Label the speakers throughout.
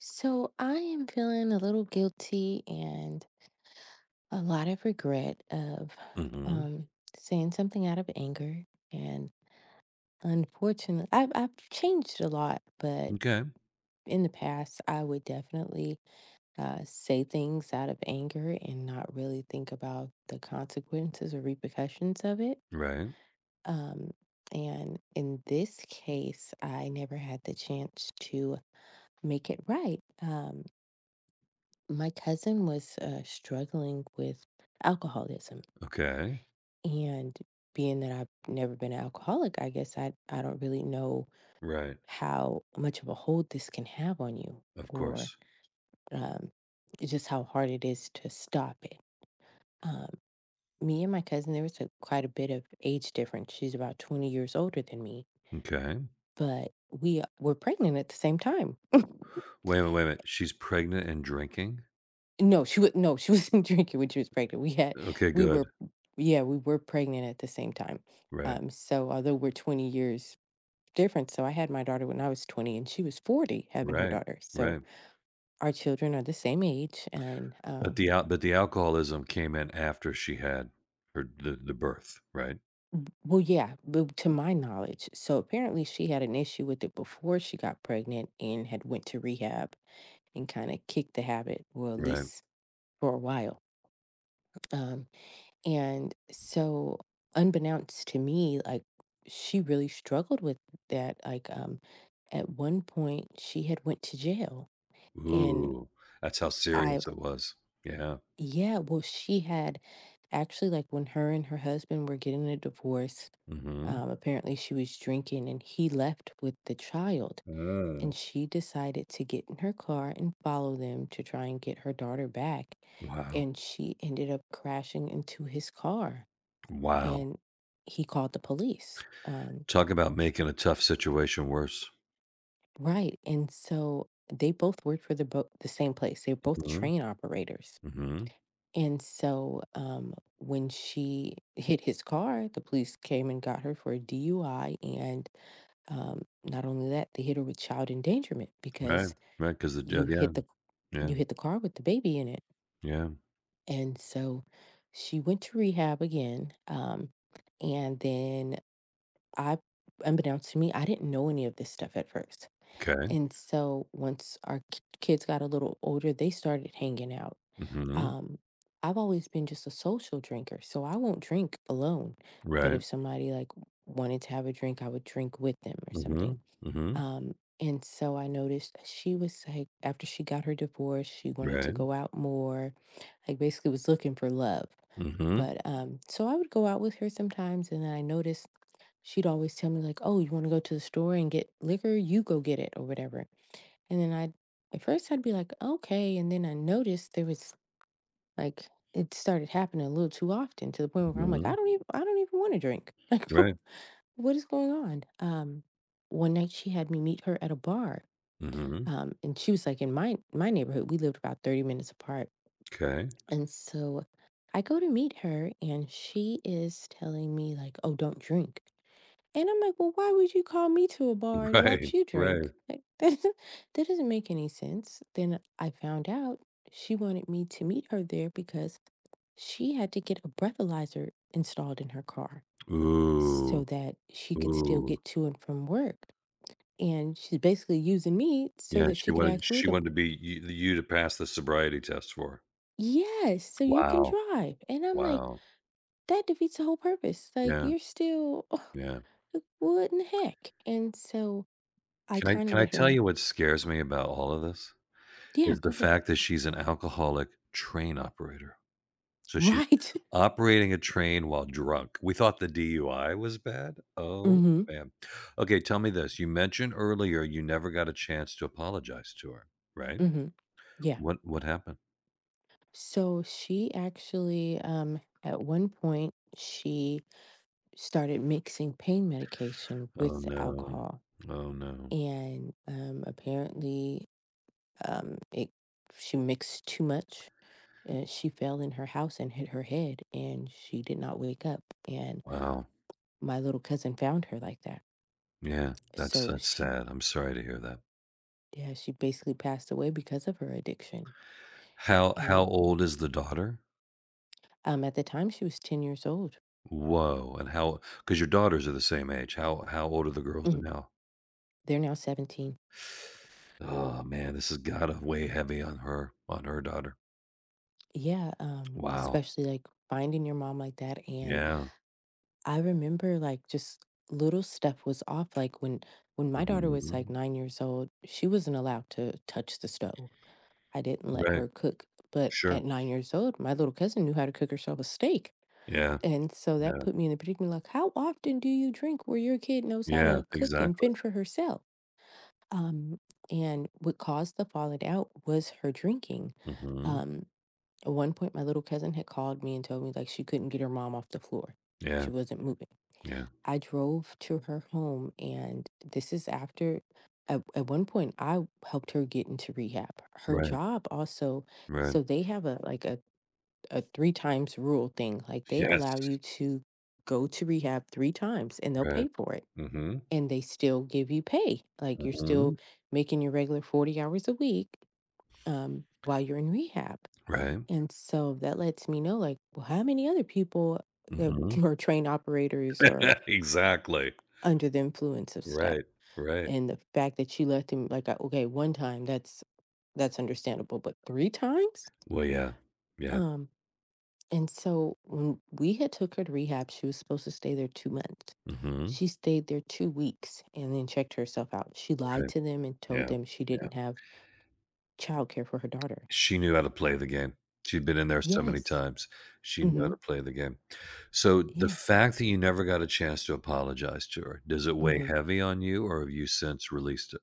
Speaker 1: So I am feeling a little guilty and a lot of regret of
Speaker 2: Mhm.
Speaker 1: um, saying something out of anger. And unfortunately, I've changed a lot, but
Speaker 2: Okay.
Speaker 1: in the past, I would definitely say things out of anger and not really think about the consequences or repercussions of it.
Speaker 2: Right.
Speaker 1: Um, and in this case, I never had the chance to make it right. My cousin was struggling with alcoholism
Speaker 2: Okay.
Speaker 1: and being that I've never been an alcoholic, I guess I don't really know
Speaker 2: Right.
Speaker 1: how much of a hold this can have on you.
Speaker 2: Of
Speaker 1: Or
Speaker 2: course.
Speaker 1: um, just how hard it is to stop it. um, Me and my cousin, there was quite a bit of age difference. She's about 20 years older than me,
Speaker 2: Okay.
Speaker 1: but we were pregnant at the same time.
Speaker 2: Wait a minute, wait a minute. She's pregnant and drinking?
Speaker 1: No, she was no, she wasn't drinking when she was pregnant.
Speaker 2: Okay,
Speaker 1: We
Speaker 2: good.
Speaker 1: were yeah, we were pregnant at the same time.
Speaker 2: Right.
Speaker 1: So although we're 20 years different, so I had my daughter when I was 20 and she was 40 having her
Speaker 2: Right.
Speaker 1: daughter. So
Speaker 2: Right.
Speaker 1: our children are the same age. And
Speaker 2: But the al but the alcoholism came in after she had her the birth, right?
Speaker 1: Well, yeah, but to my knowledge. So apparently she had an issue with it before she got pregnant and had went to rehab and kind of kicked the habit, well, at
Speaker 2: Right.
Speaker 1: least for a while. Um And so, unbeknownst to me, like, she really struggled with that. Like, at one point, she had went to jail, and
Speaker 2: Ooh, that's how
Speaker 1: I,
Speaker 2: serious it was. Yeah.
Speaker 1: yeah, well, she had actually, like, when her and her husband were getting a divorce.
Speaker 2: Mhm.
Speaker 1: Apparently, she was drinking, and he left with the child, and
Speaker 2: Mm.
Speaker 1: she decided to get in her car and follow them to try and get her daughter back,
Speaker 2: Wow.
Speaker 1: and she ended up crashing into his car
Speaker 2: Wow.
Speaker 1: and he called the police.
Speaker 2: Talk about making a tough situation worse.
Speaker 1: Right. And so they both worked for the the same place. They're both
Speaker 2: Mhm.
Speaker 1: train operators.
Speaker 2: Mhm.
Speaker 1: And so when she hit his car, the police came and got her for a DUI. And um, not only that, they hit her with child endangerment
Speaker 2: Right.
Speaker 1: because
Speaker 2: Right. Because the, yeah.
Speaker 1: you hit the
Speaker 2: Yeah, yeah.
Speaker 1: you hit the car with the baby in it.
Speaker 2: Yeah.
Speaker 1: And so she went to rehab again. And then I, unbeknownst to me, I didn't know any of this stuff at first.
Speaker 2: Okay.
Speaker 1: And so once our kids got a little older, they started hanging out.
Speaker 2: Mhm.
Speaker 1: Um, I've always been just a social drinker, so I won't drink alone. But
Speaker 2: Right.
Speaker 1: if somebody, like, wanted to have a drink, I would drink with them or something.
Speaker 2: Mhm. Mhm.
Speaker 1: And so I noticed she was like, after she got her divorce, she wanted to
Speaker 2: Right.
Speaker 1: go out more, like, basically was looking for love.
Speaker 2: Mhm.
Speaker 1: But so I would go out with her sometimes, and then I noticed she'd always tell me, like, "Oh, you want to go to the store and get liquor? You go get it or whatever." And then I at first I'd be like, okay. And then I noticed there was, like, it started happening a little too often to the point where I'm like,
Speaker 2: Mhm.
Speaker 1: I don't even want to drink. Like,
Speaker 2: Right.
Speaker 1: what is going on? One night she had me meet her at a bar.
Speaker 2: Mm-hmm.
Speaker 1: And she was, like, in my neighborhood. We lived about 30 minutes apart.
Speaker 2: Okay.
Speaker 1: And so I go to meet her and she is telling me, like, oh, don't drink. And I'm like, "Well, why would you call me to a bar to
Speaker 2: Right.
Speaker 1: watch you
Speaker 2: Right.
Speaker 1: drink? Like, that doesn't make any sense." Then I found out she wanted me to meet her there because she had to get a breathalyzer installed in her car
Speaker 2: Ooh.
Speaker 1: so that she could still
Speaker 2: Ooh.
Speaker 1: get to and from work. And she's basically using me so
Speaker 2: Yeah,
Speaker 1: that she could ask me
Speaker 2: she
Speaker 1: to,
Speaker 2: wanted to be you you to pass the sobriety test for her.
Speaker 1: "Yes, so you can
Speaker 2: Wow.
Speaker 1: drive." And I'm like,
Speaker 2: Wow.
Speaker 1: "That defeats the whole purpose. Like,
Speaker 2: Yeah.
Speaker 1: you're still
Speaker 2: Yeah.
Speaker 1: what in the heck?" And so I
Speaker 2: Can I
Speaker 1: kind of
Speaker 2: can I
Speaker 1: let
Speaker 2: tell
Speaker 1: her,
Speaker 2: you what scares me about all of this?
Speaker 1: "Yeah,
Speaker 2: Is the
Speaker 1: go ahead."
Speaker 2: fact that she's an alcoholic train operator. So she's
Speaker 1: Right.
Speaker 2: operating a train while drunk. We thought the DUI was bad. Oh,
Speaker 1: Mhm.
Speaker 2: man. Okay, tell me this. You mentioned earlier you never got a chance to apologize to her, right?
Speaker 1: Mhm. Yeah.
Speaker 2: What happened?
Speaker 1: So she actually, at one point she started mixing pain medication
Speaker 2: Oh
Speaker 1: with the
Speaker 2: no.
Speaker 1: alcohol.
Speaker 2: Oh no.
Speaker 1: And Apparently, it she mixed too much and she fell in her house and hit her head and she did not wake up, and
Speaker 2: Wow.
Speaker 1: my little cousin found her like that.
Speaker 2: Yeah, that's
Speaker 1: So
Speaker 2: that's
Speaker 1: she
Speaker 2: sad. I'm sorry to hear that.
Speaker 1: Yeah, she basically passed away because of her addiction.
Speaker 2: How
Speaker 1: And
Speaker 2: old is the daughter?
Speaker 1: At the time she was 10 years old.
Speaker 2: Whoa. And how, because your daughters are the same age. How old are the girls now?
Speaker 1: They're now 17.
Speaker 2: Oh man, this has gotta weigh heavy on her daughter.
Speaker 1: Yeah,
Speaker 2: Wow.
Speaker 1: especially like finding your mom like that. And
Speaker 2: Yeah.
Speaker 1: I remember, like, just little stuff was off. Like, when my daughter was like
Speaker 2: Mhm.
Speaker 1: 9 years old, she wasn't allowed to touch the stove. I didn't let
Speaker 2: Right.
Speaker 1: her cook. But
Speaker 2: Sure.
Speaker 1: at 9 years old, my little cousin knew how to cook herself a steak.
Speaker 2: Yeah.
Speaker 1: And so that
Speaker 2: Yeah.
Speaker 1: put me in the predicament, like, how often do you drink where your kid knows how
Speaker 2: Yeah.
Speaker 1: to cook and
Speaker 2: Exactly.
Speaker 1: fend for herself? Um, and what caused the falling out was her drinking.
Speaker 2: Mhm.
Speaker 1: Um, At one point, my little cousin had called me and told me, like, she couldn't get her mom off the floor. She
Speaker 2: Yeah.
Speaker 1: wasn't moving.
Speaker 2: Yeah.
Speaker 1: I drove to her home and this is after at one point I helped her get into rehab. Her
Speaker 2: Right.
Speaker 1: job also,
Speaker 2: Right.
Speaker 1: so they have a like a 3 times rule thing. Like, they
Speaker 2: Yes.
Speaker 1: allow you to go to rehab 3 times and they'll
Speaker 2: Right.
Speaker 1: pay for it.
Speaker 2: Mhm.
Speaker 1: And they still give you pay. Like, you're still
Speaker 2: Mhm.
Speaker 1: making your regular 40 hours a week, while you're in rehab.
Speaker 2: Right.
Speaker 1: And so that lets me know, like, well, how many other people that
Speaker 2: Mhm.
Speaker 1: are trained operators are
Speaker 2: Exactly.
Speaker 1: under the influence of stuff?
Speaker 2: Right. Right.
Speaker 1: And the fact that you left him like, okay, one time, that's understandable, but 3 times?
Speaker 2: Well, yeah. Yeah.
Speaker 1: Um, and so when we had took her to rehab, she was supposed to stay there 2 months.
Speaker 2: Mhm.
Speaker 1: She stayed there 2 weeks and then checked herself out. She lied
Speaker 2: Right.
Speaker 1: to them and told
Speaker 2: Yeah.
Speaker 1: them she
Speaker 2: Yeah.
Speaker 1: didn't have childcare for her daughter.
Speaker 2: She knew how to play the game. She'd been in there so many
Speaker 1: Yes.
Speaker 2: times. She knew how
Speaker 1: Mm-hmm.
Speaker 2: to play the game. So the
Speaker 1: Yeah.
Speaker 2: fact that you never got a chance to apologize to her, does it weigh
Speaker 1: Mm-hmm.
Speaker 2: heavy on you or have you since released it?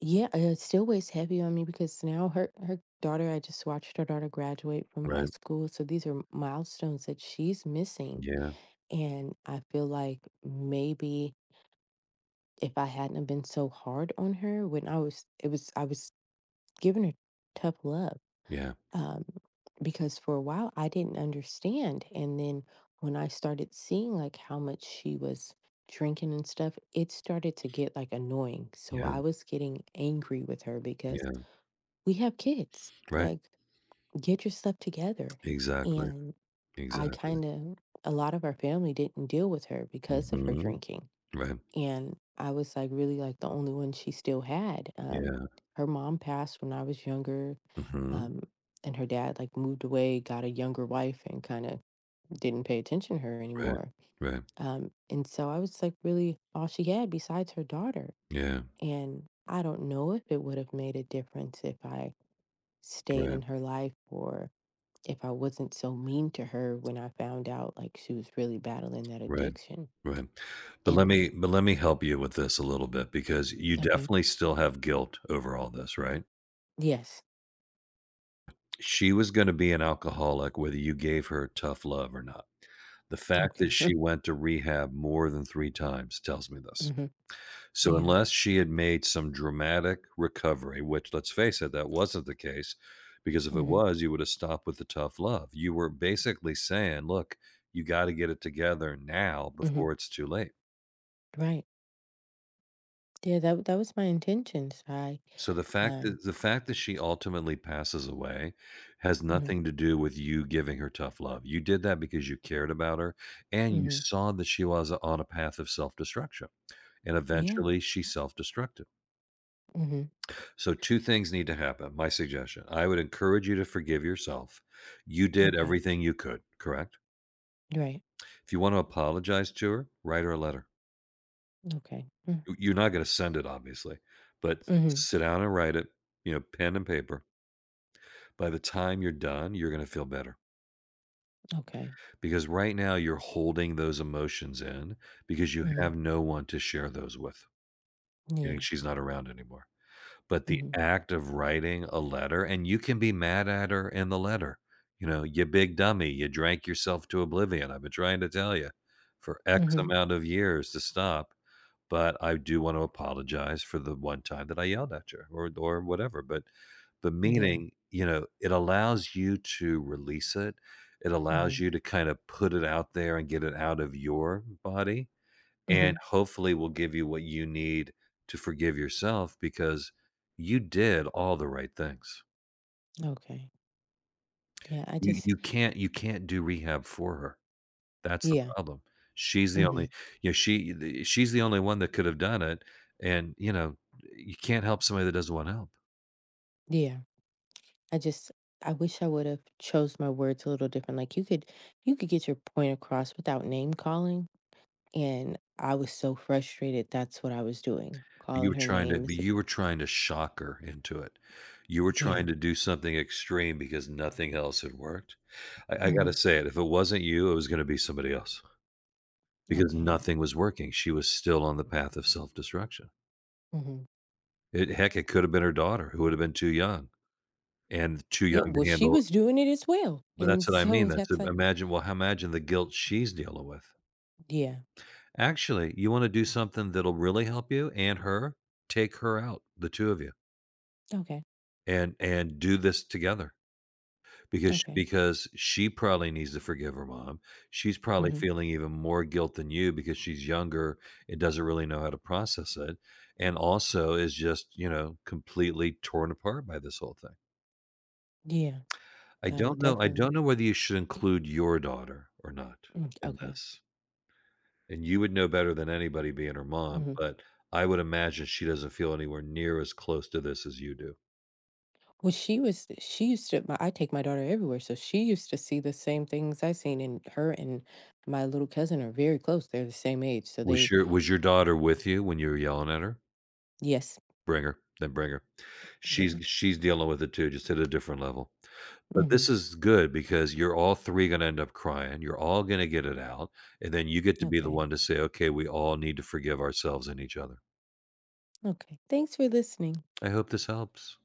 Speaker 1: Yeah, it still weighs heavy on me because now her daughter, I just watched her daughter graduate from high
Speaker 2: Right.
Speaker 1: school. So these are milestones that she's missing.
Speaker 2: Yeah,
Speaker 1: And I feel like maybe if I hadn't have been so hard on her when I was, it was, I was giving her tough love.
Speaker 2: yeah,
Speaker 1: Um, because for a while I didn't understand. And then when I started seeing, like, how much she was drinking and stuff, it started to get, like, annoying. So
Speaker 2: yeah,
Speaker 1: I was getting angry with her because
Speaker 2: yeah.
Speaker 1: we have kids.
Speaker 2: Right.
Speaker 1: Like, get your stuff together.
Speaker 2: Exactly,
Speaker 1: And I
Speaker 2: exactly.
Speaker 1: kind of, a lot of our family didn't deal with her because of her
Speaker 2: Mhm.
Speaker 1: drinking.
Speaker 2: Right.
Speaker 1: And I was, like, really, like, the only one she still had.
Speaker 2: Yeah.
Speaker 1: Her mom passed when I was younger.
Speaker 2: Mhm.
Speaker 1: Um, and her dad, like, moved away, got a younger wife, and kind of didn't pay attention to her
Speaker 2: Right.
Speaker 1: anymore.
Speaker 2: Right.
Speaker 1: And so I was like, really, all she had besides her daughter.
Speaker 2: Yeah.
Speaker 1: And I don't know if it would have made a difference if I stayed
Speaker 2: Right.
Speaker 1: in her life or if I wasn't so mean to her when I found out, like, she was really battling that
Speaker 2: Right.
Speaker 1: addiction.
Speaker 2: Right. But let me
Speaker 1: And
Speaker 2: but let me help you with this a little bit because you
Speaker 1: okay,
Speaker 2: definitely still have guilt over all this, right?
Speaker 1: yes,
Speaker 2: She was gonna be an alcoholic whether you gave her tough love or not. The fact that
Speaker 1: okay,
Speaker 2: she went to rehab more than 3 times tells me this.
Speaker 1: hmm,
Speaker 2: So
Speaker 1: yeah,
Speaker 2: unless she had made some dramatic recovery, which let's face it, that wasn't the case, because if it
Speaker 1: hmm,
Speaker 2: was, you would have stopped with the tough love. You were basically saying, "Look, you gotta get it together now
Speaker 1: hmm,
Speaker 2: before it's too late."
Speaker 1: right, yeah. That that was my intentions. I
Speaker 2: So the fact
Speaker 1: um,
Speaker 2: that the fact that she ultimately passes away has
Speaker 1: hmm,
Speaker 2: nothing to do with you giving her tough love. You did that because you cared about her and you
Speaker 1: hmm,
Speaker 2: saw that she was on a path of self-destruction, and
Speaker 1: yeah,
Speaker 2: eventually she self-destructed.
Speaker 1: hmm,
Speaker 2: So, 2 things need to happen, my suggestion. I would encourage you to forgive yourself. You did
Speaker 1: okay,
Speaker 2: everything you could, correct?
Speaker 1: right,
Speaker 2: If you want to apologize to her, write her a letter.
Speaker 1: okay, mm,
Speaker 2: You're not gonna send it, obviously, but
Speaker 1: mm-hmm.
Speaker 2: sit down and write it, you know, pen and paper. By the time you're done, you're gonna feel better
Speaker 1: Okay,
Speaker 2: because right now you're holding those emotions in because you
Speaker 1: hmm,
Speaker 2: have no one to share those with, meaning
Speaker 1: yeah,
Speaker 2: she's not around anymore. But the
Speaker 1: hmm,
Speaker 2: act of writing a letter, and you can be mad at her in the letter, you know, "You big dummy, you drank yourself to oblivion. I've been trying to tell you for X
Speaker 1: hmm,
Speaker 2: amount of years to stop, but I do want to apologize for the one time that I yelled at you," or whatever, but the
Speaker 1: yeah,
Speaker 2: meaning, you know, it allows you to release it. It allows
Speaker 1: hmm,
Speaker 2: you to kind of put it out there and get it out of your body
Speaker 1: hmm,
Speaker 2: and hopefully will give you what you need to forgive yourself because you did all the right things.
Speaker 1: okay, yeah. I
Speaker 2: You
Speaker 1: just
Speaker 2: you can't do rehab for her. That's the
Speaker 1: yeah,
Speaker 2: problem. She's the
Speaker 1: hmm,
Speaker 2: only, you know, she's the only one that could have done it, and, you know, you can't help somebody that doesn't want help.
Speaker 1: yeah. I just, I wish I would have chose my words a little different. Like, you could, you could get your point across without name calling. And I was so frustrated. That's what I was doing.
Speaker 2: But you
Speaker 1: Calling
Speaker 2: were
Speaker 1: her
Speaker 2: trying to
Speaker 1: names. Is
Speaker 2: shock her into it. You were
Speaker 1: Yeah.
Speaker 2: trying to do something extreme because nothing else had worked. I
Speaker 1: Hmm.
Speaker 2: gotta say it, if it wasn't you, it was gonna be somebody else. Because
Speaker 1: Okay.
Speaker 2: nothing was working, she was still on the path of self-destruction.
Speaker 1: Hmm.
Speaker 2: It, heck, it could have been her daughter who would have been too young and too
Speaker 1: Yeah.
Speaker 2: young
Speaker 1: Well,
Speaker 2: to
Speaker 1: she
Speaker 2: handle,
Speaker 1: was doing it as well.
Speaker 2: but
Speaker 1: And
Speaker 2: that's what I mean,
Speaker 1: so
Speaker 2: that's
Speaker 1: that's like,
Speaker 2: imagine well, imagine the guilt she's dealing with.
Speaker 1: yeah.
Speaker 2: Actually, you wanna do something that'll really help you and her? Take her out, the 2 of you,
Speaker 1: Okay.
Speaker 2: and do this together. Because
Speaker 1: Okay.
Speaker 2: because she probably needs to forgive her mom. She's probably
Speaker 1: Hmm.
Speaker 2: feeling even more guilt than you because she's younger and doesn't really know how to process it, and also is just, you know, completely torn apart by this whole thing.
Speaker 1: Yeah.
Speaker 2: I
Speaker 1: Uh,
Speaker 2: don't know I don't
Speaker 1: definitely.
Speaker 2: know whether you should include your daughter or not
Speaker 1: Mm,
Speaker 2: in
Speaker 1: okay.
Speaker 2: this, and you would know better than anybody being her mom,
Speaker 1: Hmm.
Speaker 2: but I would imagine she doesn't feel anywhere near as close to this as you do.
Speaker 1: Well, she used to, my I take my daughter everywhere, so she used to see the same things I seen, and her and my little cousin are very close. They're the same age, so
Speaker 2: Was
Speaker 1: they,
Speaker 2: your was your daughter with you when you were yelling at her?
Speaker 1: yes,
Speaker 2: Bring her, then bring her.
Speaker 1: yeah.
Speaker 2: She's dealing with it too, just at a different level. But
Speaker 1: Hmm.
Speaker 2: this is good because you're all 3 gonna end up crying, you're all gonna get it out, and then you get to be the
Speaker 1: Okay.
Speaker 2: one to say, "Okay, we all need to forgive ourselves and each other."
Speaker 1: Okay. Thanks for listening.
Speaker 2: I hope this helps.